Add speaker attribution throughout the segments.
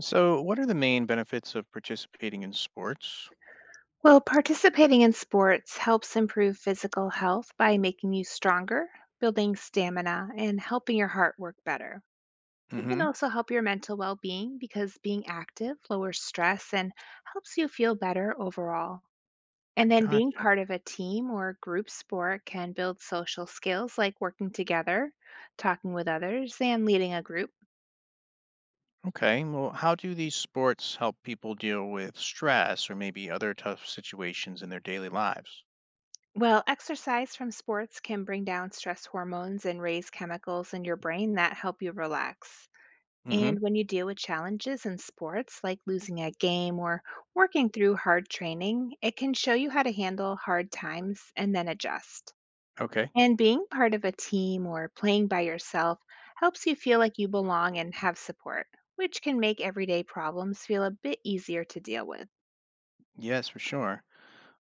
Speaker 1: So, what are the main benefits of participating in sports?
Speaker 2: Well, participating in sports helps improve physical health by making you stronger, building stamina, and helping your heart work better. It can
Speaker 1: Hmm.
Speaker 2: also help your mental well being because being active lowers stress and helps you feel better overall. And then being
Speaker 1: Gotcha.
Speaker 2: part of a team or group sport can build social skills like working together, talking with others, and leading a group.
Speaker 1: Okay. Well, how do these sports help people deal with stress or maybe other tough situations in their daily lives?
Speaker 2: Well, exercise from sports can bring down stress hormones and raise chemicals in your brain that help you relax.
Speaker 1: Hmm.
Speaker 2: And when you deal with challenges in sports, like losing a game or working through hard training, it can show you how to handle hard times and then adjust.
Speaker 1: Okay.
Speaker 2: And being part of a team or playing by yourself helps you feel like you belong and have support, which can make everyday problems feel a bit easier to deal with.
Speaker 1: Yes, for sure.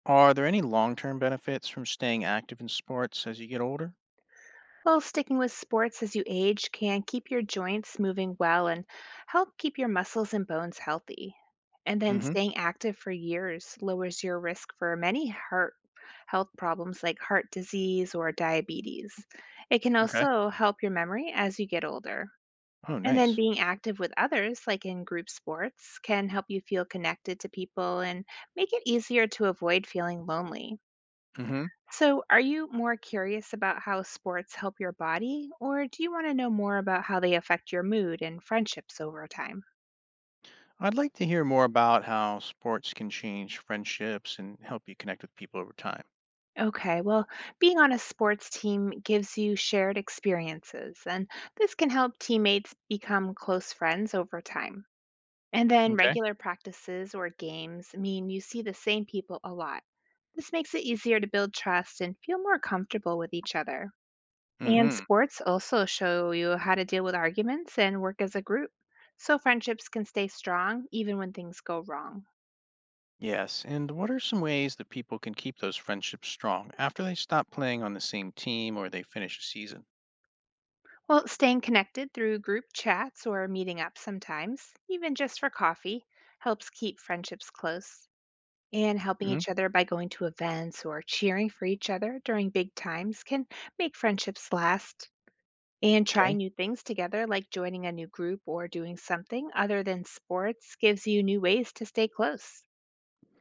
Speaker 1: Are there any long term benefits from staying active in sports as you get older?
Speaker 2: Well, sticking with sports as you age can keep your joints moving well and help keep your muscles and bones healthy. And then
Speaker 1: Hmm.
Speaker 2: staying active for years lowers your risk for many heart health problems like heart disease or diabetes. It can
Speaker 1: Okay.
Speaker 2: also help your memory as you get older.
Speaker 1: Oh,
Speaker 2: And then
Speaker 1: nice.
Speaker 2: being active with others, like in group sports, can help you feel connected to people and make it easier to avoid feeling lonely.
Speaker 1: Hmm.
Speaker 2: So, are you more curious about how sports help your body, or do you want to know more about how they affect your mood and friendships over time?
Speaker 1: I'd like to hear more about how sports can change friendships and help you connect with people over time.
Speaker 2: Okay, well, being on a sports team gives you shared experiences, and this can help teammates become close friends over time. And then
Speaker 1: Okay.
Speaker 2: regular practices or games mean you see the same people a lot. This makes it easier to build trust and feel more comfortable with each other. And
Speaker 1: Hmm.
Speaker 2: sports also show you how to deal with arguments and work as a group, so friendships can stay strong even when things go wrong.
Speaker 1: Yes, and what are some ways that people can keep those friendships strong after they stop playing on the same team or they finish a season?
Speaker 2: Well, staying connected through group chats or meeting up sometimes, even just for coffee, helps keep friendships close. And helping
Speaker 1: Hmm.
Speaker 2: each other by going to events or cheering for each other during big times can make friendships last. And trying
Speaker 1: Okay.
Speaker 2: new things together, like joining a new group or doing something other than sports, gives you new ways to stay close.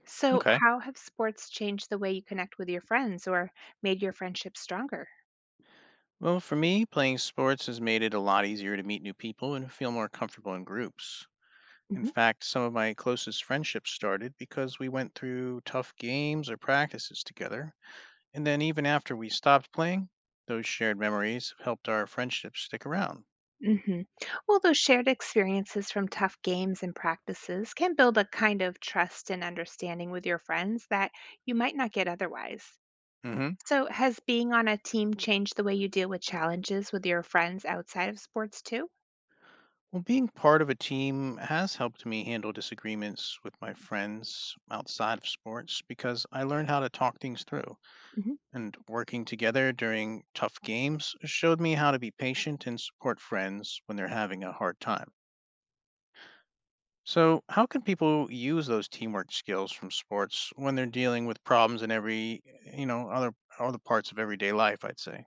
Speaker 2: So,
Speaker 1: Okay.
Speaker 2: how have sports changed the way you connect with your friends or made your friendship stronger?
Speaker 1: Well, for me, playing sports has made it a lot easier to meet new people and feel more comfortable in groups. In
Speaker 2: Hmm.
Speaker 1: fact, some of my closest friendships started because we went through tough games or practices together. And then even after we stopped playing, those shared memories have helped our friendships stick around.
Speaker 2: Hmm. Well, those shared experiences from tough games and practices can build a kind of trust and understanding with your friends that you might not get otherwise.
Speaker 1: Hmm.
Speaker 2: So, has being on a team changed the way you deal with challenges with your friends outside of sports too?
Speaker 1: Well, being part of a team has helped me handle disagreements with my friends outside of sports because I learned how to talk things through. And working together during tough games showed me how to be patient and support friends when they're having a hard time. So, how can people use those teamwork skills from sports when they're dealing with problems in you know, other other parts of everyday life, I'd say?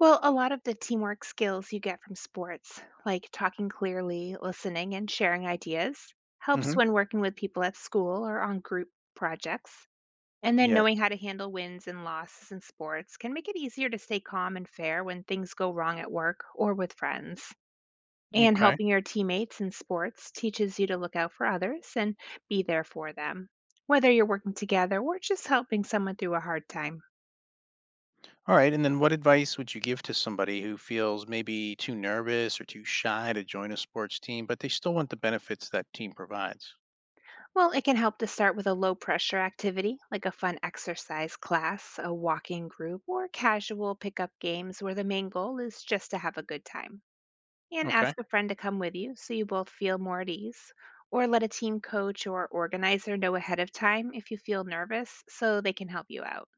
Speaker 2: Well, a lot of the teamwork skills you get from sports, like talking clearly, listening, and sharing ideas, helps
Speaker 1: Mhm.
Speaker 2: when working with people at school or on group projects. And then
Speaker 1: Yeah.
Speaker 2: knowing how to handle wins and losses in sports can make it easier to stay calm and fair when things go wrong at work or with friends. And
Speaker 1: Okay.
Speaker 2: helping your teammates in sports teaches you to look out for others and be there for them, whether you're working together or just helping someone through a hard time.
Speaker 1: All right. And then what advice would you give to somebody who feels maybe too nervous or too shy to join a sports team, but they still want the benefits that team provides?
Speaker 2: Well, it can help to start with a low pressure activity like a fun exercise class, a walking group, or casual pickup games where the main goal is just to have a good time. And
Speaker 1: Okay.
Speaker 2: ask a friend to come with you so you both feel more at ease. Or let a team coach or organizer know ahead of time if you feel nervous so they can help you out.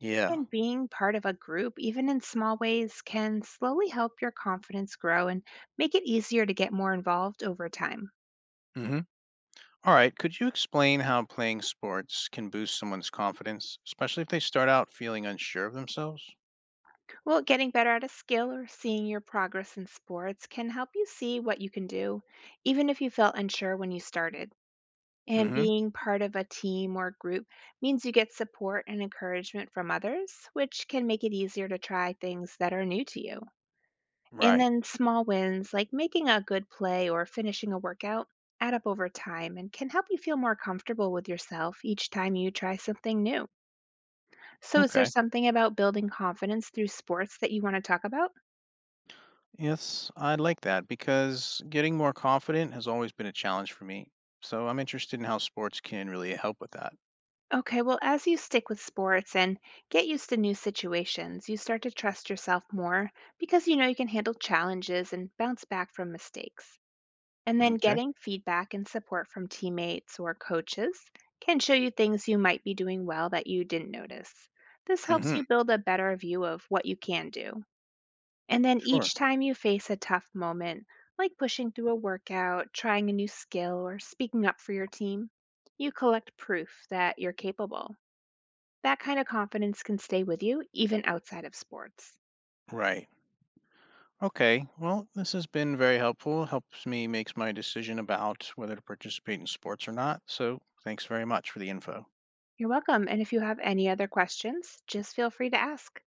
Speaker 1: Yeah.
Speaker 2: And being part of a group, even in small ways, can slowly help your confidence grow and make it easier to get more involved over time.
Speaker 1: Hmm. All right. Could you explain how playing sports can boost someone's confidence, especially if they start out feeling unsure of themselves?
Speaker 2: Well, getting better at a skill or seeing your progress in sports can help you see what you can do, even if you felt unsure when you started. And
Speaker 1: Hmm.
Speaker 2: being part of a team or group means you get support and encouragement from others, which can make it easier to try things that are new to you. And
Speaker 1: Right.
Speaker 2: then small wins, like making a good play or finishing a workout, add up over time and can help you feel more comfortable with yourself each time you try something new. So, is there
Speaker 1: Okay.
Speaker 2: something about building confidence through sports that you want to talk about?
Speaker 1: Yes, I'd like that because getting more confident has always been a challenge for me. So I'm interested in how sports can really help with that.
Speaker 2: Okay, well, as you stick with sports and get used to new situations, you start to trust yourself more because you know you can handle challenges and bounce back from mistakes. And then
Speaker 1: Okay.
Speaker 2: getting feedback and support from teammates or coaches can show you things you might be doing well that you didn't notice. This helps
Speaker 1: Hmm.
Speaker 2: you build a better view of what you can do. And then
Speaker 1: Sure.
Speaker 2: each time you face a tough moment, like pushing through a workout, trying a new skill, or speaking up for your team, you collect proof that you're capable. That kind of confidence can stay with you even outside of sports.
Speaker 1: Right. Okay, well, this has been very helpful. Helps me makes my decision about whether to participate in sports or not. So, thanks very much for the info.
Speaker 2: You're welcome. And if you have any other questions, just feel free to ask.